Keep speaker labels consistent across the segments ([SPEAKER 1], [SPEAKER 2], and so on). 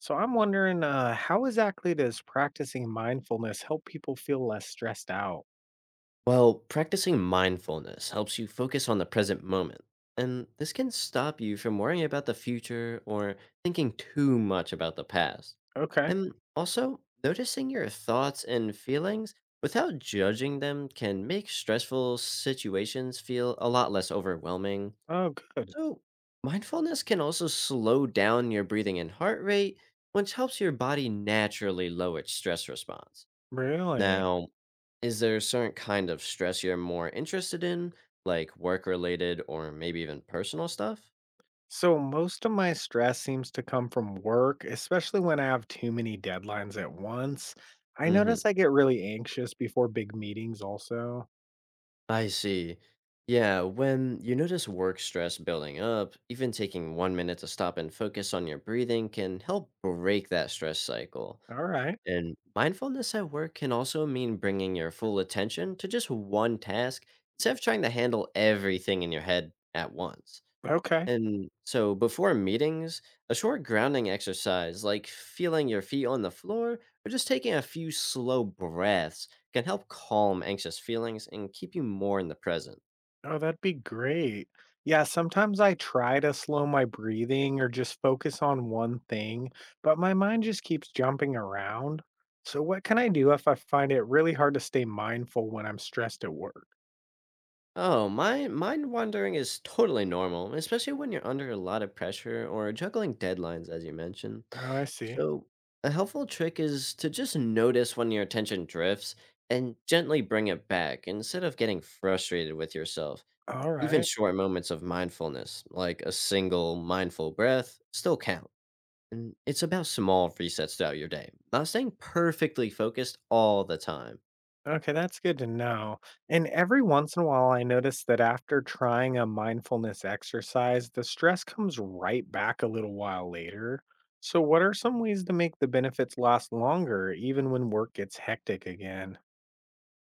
[SPEAKER 1] So I'm wondering, how exactly does practicing mindfulness help people feel less stressed out?
[SPEAKER 2] Well, practicing mindfulness helps you focus on the present moment, and this can stop you from worrying about the future or thinking too much about the past.
[SPEAKER 1] Okay.
[SPEAKER 2] And also, noticing your thoughts and feelings without judging them can make stressful situations feel a lot less overwhelming.
[SPEAKER 1] Oh, good.
[SPEAKER 2] So, mindfulness can also slow down your breathing and heart rate, which helps your body naturally lower its stress response.
[SPEAKER 1] Really?
[SPEAKER 2] Now, is there a certain kind of stress you're more interested in, like work related or maybe even personal stuff?
[SPEAKER 1] So most of my stress seems to come from work, especially when I have too many deadlines at once. I
[SPEAKER 2] Hmm.
[SPEAKER 1] notice I get really anxious before big meetings also.
[SPEAKER 2] I see. Yeah, when you notice work stress building up, even taking 1 minute to stop and focus on your breathing can help break that stress cycle.
[SPEAKER 1] All right.
[SPEAKER 2] And mindfulness at work can also mean bringing your full attention to just one task instead of trying to handle everything in your head at once.
[SPEAKER 1] Okay.
[SPEAKER 2] And so before meetings, a short grounding exercise like feeling your feet on the floor or just taking a few slow breaths can help calm anxious feelings and keep you more in the present.
[SPEAKER 1] Oh, that'd be great. Yeah, sometimes I try to slow my breathing or just focus on one thing, but my mind just keeps jumping around. So, what can I do if I find it really hard to stay mindful when I'm stressed at work?
[SPEAKER 2] Oh, my mind wandering is totally normal, especially when you're under a lot of pressure or juggling deadlines as you mentioned.
[SPEAKER 1] Oh, I see.
[SPEAKER 2] So, a helpful trick is to just notice when your attention drifts and gently bring it back instead of getting frustrated with yourself.
[SPEAKER 1] All
[SPEAKER 2] Even
[SPEAKER 1] right.
[SPEAKER 2] short moments of mindfulness, like a single mindful breath, still count. And it's about small resets throughout your day, not staying perfectly focused all the time.
[SPEAKER 1] Okay, that's good to know. And every once in a while, I notice that after trying a mindfulness exercise, the stress comes right back a little while later. So, what are some ways to make the benefits last longer, even when work gets hectic again?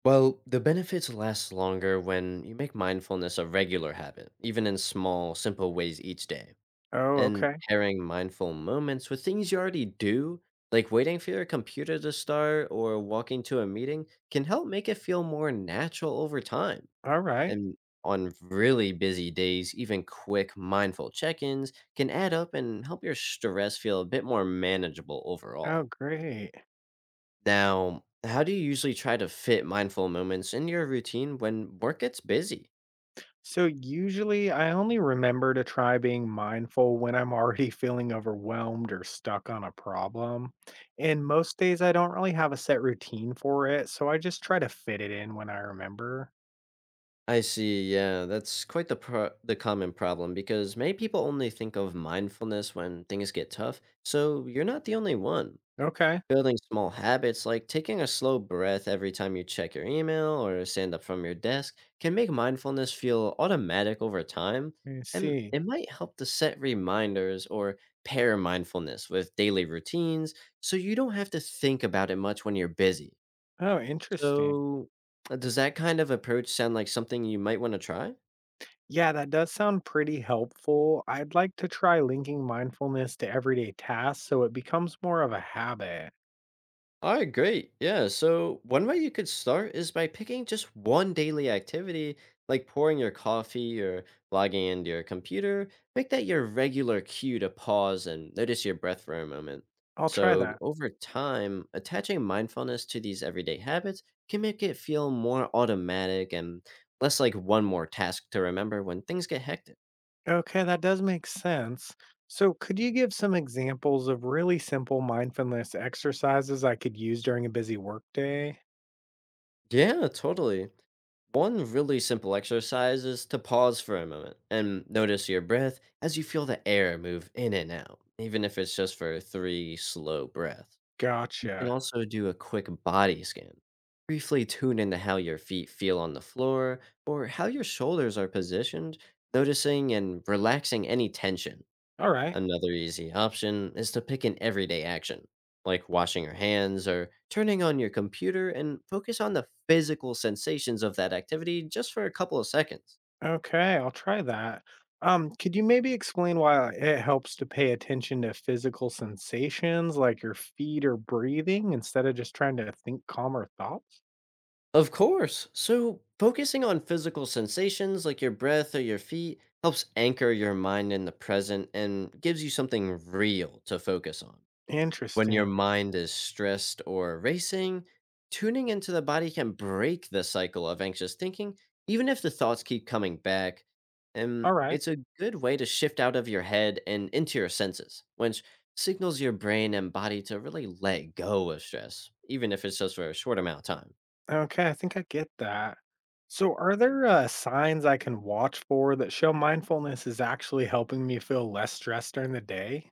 [SPEAKER 2] Well, the benefits last longer when you make mindfulness a regular habit, even in small, simple ways each day.
[SPEAKER 1] Oh,
[SPEAKER 2] And
[SPEAKER 1] okay.
[SPEAKER 2] pairing mindful moments with things you already do, like waiting for your computer to start or walking to a meeting, can help make it feel more natural over time.
[SPEAKER 1] All right.
[SPEAKER 2] And on really busy days, even quick, mindful check ins can add up and help your stress feel a bit more manageable
[SPEAKER 1] Oh,
[SPEAKER 2] overall.
[SPEAKER 1] great.
[SPEAKER 2] Now, how do you usually try to fit mindful moments into your routine when work gets busy?
[SPEAKER 1] So usually I only remember to try being mindful when I'm already feeling overwhelmed or stuck on a problem. And most days I don't really have a set routine for it, so I just try to fit it in when I remember.
[SPEAKER 2] I see. Yeah, that's quite the common problem because many people only think of mindfulness when things get tough. So you're not the only one.
[SPEAKER 1] Okay,
[SPEAKER 2] Building small habits like taking a slow breath every time you check your email or stand up from your desk can make mindfulness feel automatic over time,
[SPEAKER 1] I
[SPEAKER 2] and
[SPEAKER 1] see.
[SPEAKER 2] it might help to set reminders or pair mindfulness with daily routines so you don't have to think about it much when you're busy.
[SPEAKER 1] Oh, interesting.
[SPEAKER 2] So, does that kind of approach sound like something you might want to try?
[SPEAKER 1] Yeah, that does sound pretty helpful. I'd like to try linking mindfulness to everyday tasks so it becomes more of a habit.
[SPEAKER 2] All right, great. Yeah. So, one way you could start is by picking just one daily activity, like pouring your coffee or logging into your computer. Make that your regular cue to pause and notice your breath for a moment.
[SPEAKER 1] I'll try
[SPEAKER 2] So,
[SPEAKER 1] that.
[SPEAKER 2] over time, attaching mindfulness to these everyday habits can make it feel more automatic and less like one more task to remember when things get hectic.
[SPEAKER 1] Okay, that does make sense. So, could you give some examples of really simple mindfulness exercises I could use during a busy workday?
[SPEAKER 2] Yeah, totally. One really simple exercise is to pause for a moment and notice your breath as you feel the air move in and out, even if it's just for three slow breaths. You can
[SPEAKER 1] Gotcha.
[SPEAKER 2] also do a quick body scan. Briefly tune into how your feet feel on the floor or how your shoulders are positioned, noticing and relaxing any tension.
[SPEAKER 1] All right.
[SPEAKER 2] Another easy option is to pick an everyday action, like washing your hands or turning on your computer, and focus on the physical sensations of that activity just for a couple of seconds.
[SPEAKER 1] Okay, I'll try that. Could you maybe explain why it helps to pay attention to physical sensations like your feet or breathing instead of just trying to think calmer thoughts?
[SPEAKER 2] Of course, so focusing on physical sensations like your breath or your feet helps anchor your mind in the present and gives you something real to focus on. When your
[SPEAKER 1] Interesting.
[SPEAKER 2] mind is stressed or racing, tuning into the body can break the cycle of anxious thinking, even if the thoughts keep coming back. And
[SPEAKER 1] All right.
[SPEAKER 2] it's a good way to shift out of your head and into your senses, which signals your brain and body to really let go of stress, even if it's just for a short amount of time.
[SPEAKER 1] Okay, I think I get that. So, are there signs I can watch for that show mindfulness is actually helping me feel less stressed during the day?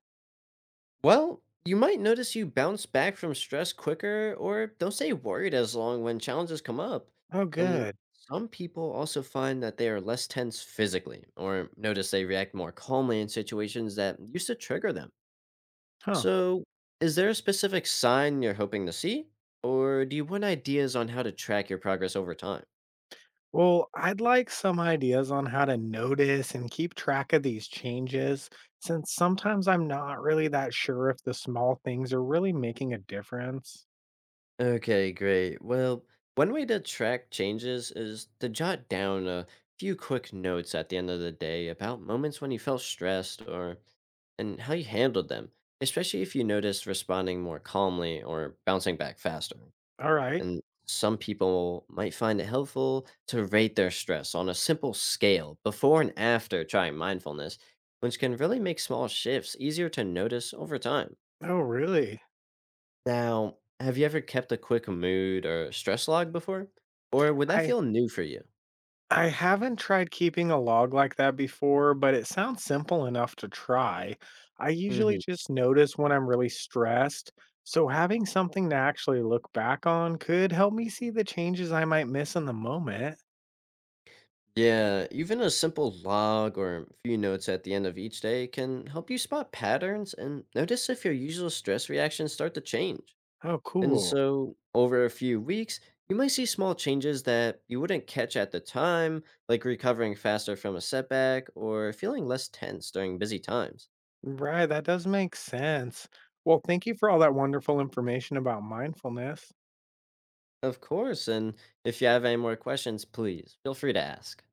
[SPEAKER 2] Well, you might notice you bounce back from stress quicker or don't stay worried as long when challenges come up.
[SPEAKER 1] Oh,
[SPEAKER 2] And
[SPEAKER 1] good.
[SPEAKER 2] some people also find that they are less tense physically or notice they react more calmly in situations that used to trigger them.
[SPEAKER 1] Huh.
[SPEAKER 2] So, is there a specific sign you're hoping to see? Or do you want ideas on how to track your progress over time?
[SPEAKER 1] Well, I'd like some ideas on how to notice and keep track of these changes, since sometimes I'm not really that sure if the small things are really making a difference.
[SPEAKER 2] Okay, great. Well, one way to track changes is to jot down a few quick notes at the end of the day about moments when you felt stressed or and how you handled them, especially if you noticed responding more calmly or bouncing back faster.
[SPEAKER 1] All right.
[SPEAKER 2] And some people might find it helpful to rate their stress on a simple scale before and after trying mindfulness, which can really make small shifts easier to notice over time.
[SPEAKER 1] Oh, really?
[SPEAKER 2] Now, have you ever kept a quick mood or stress log before? Or would that
[SPEAKER 1] I
[SPEAKER 2] feel new for you?
[SPEAKER 1] I haven't tried keeping a log like that before, but it sounds simple enough to try. I usually
[SPEAKER 2] Hmm.
[SPEAKER 1] just notice when I'm really stressed, so having something to actually look back on could help me see the changes I might miss in the moment.
[SPEAKER 2] Yeah, even a simple log or a few notes at the end of each day can help you spot patterns and notice if your usual stress reactions start to change.
[SPEAKER 1] Oh,
[SPEAKER 2] And
[SPEAKER 1] cool.
[SPEAKER 2] so, over a few weeks, you might see small changes that you wouldn't catch at the time, like recovering faster from a setback or feeling less tense during busy times.
[SPEAKER 1] Right, that does make sense. Well, thank you for all that wonderful information about mindfulness.
[SPEAKER 2] Of course, and if you have any more questions, please feel free to ask.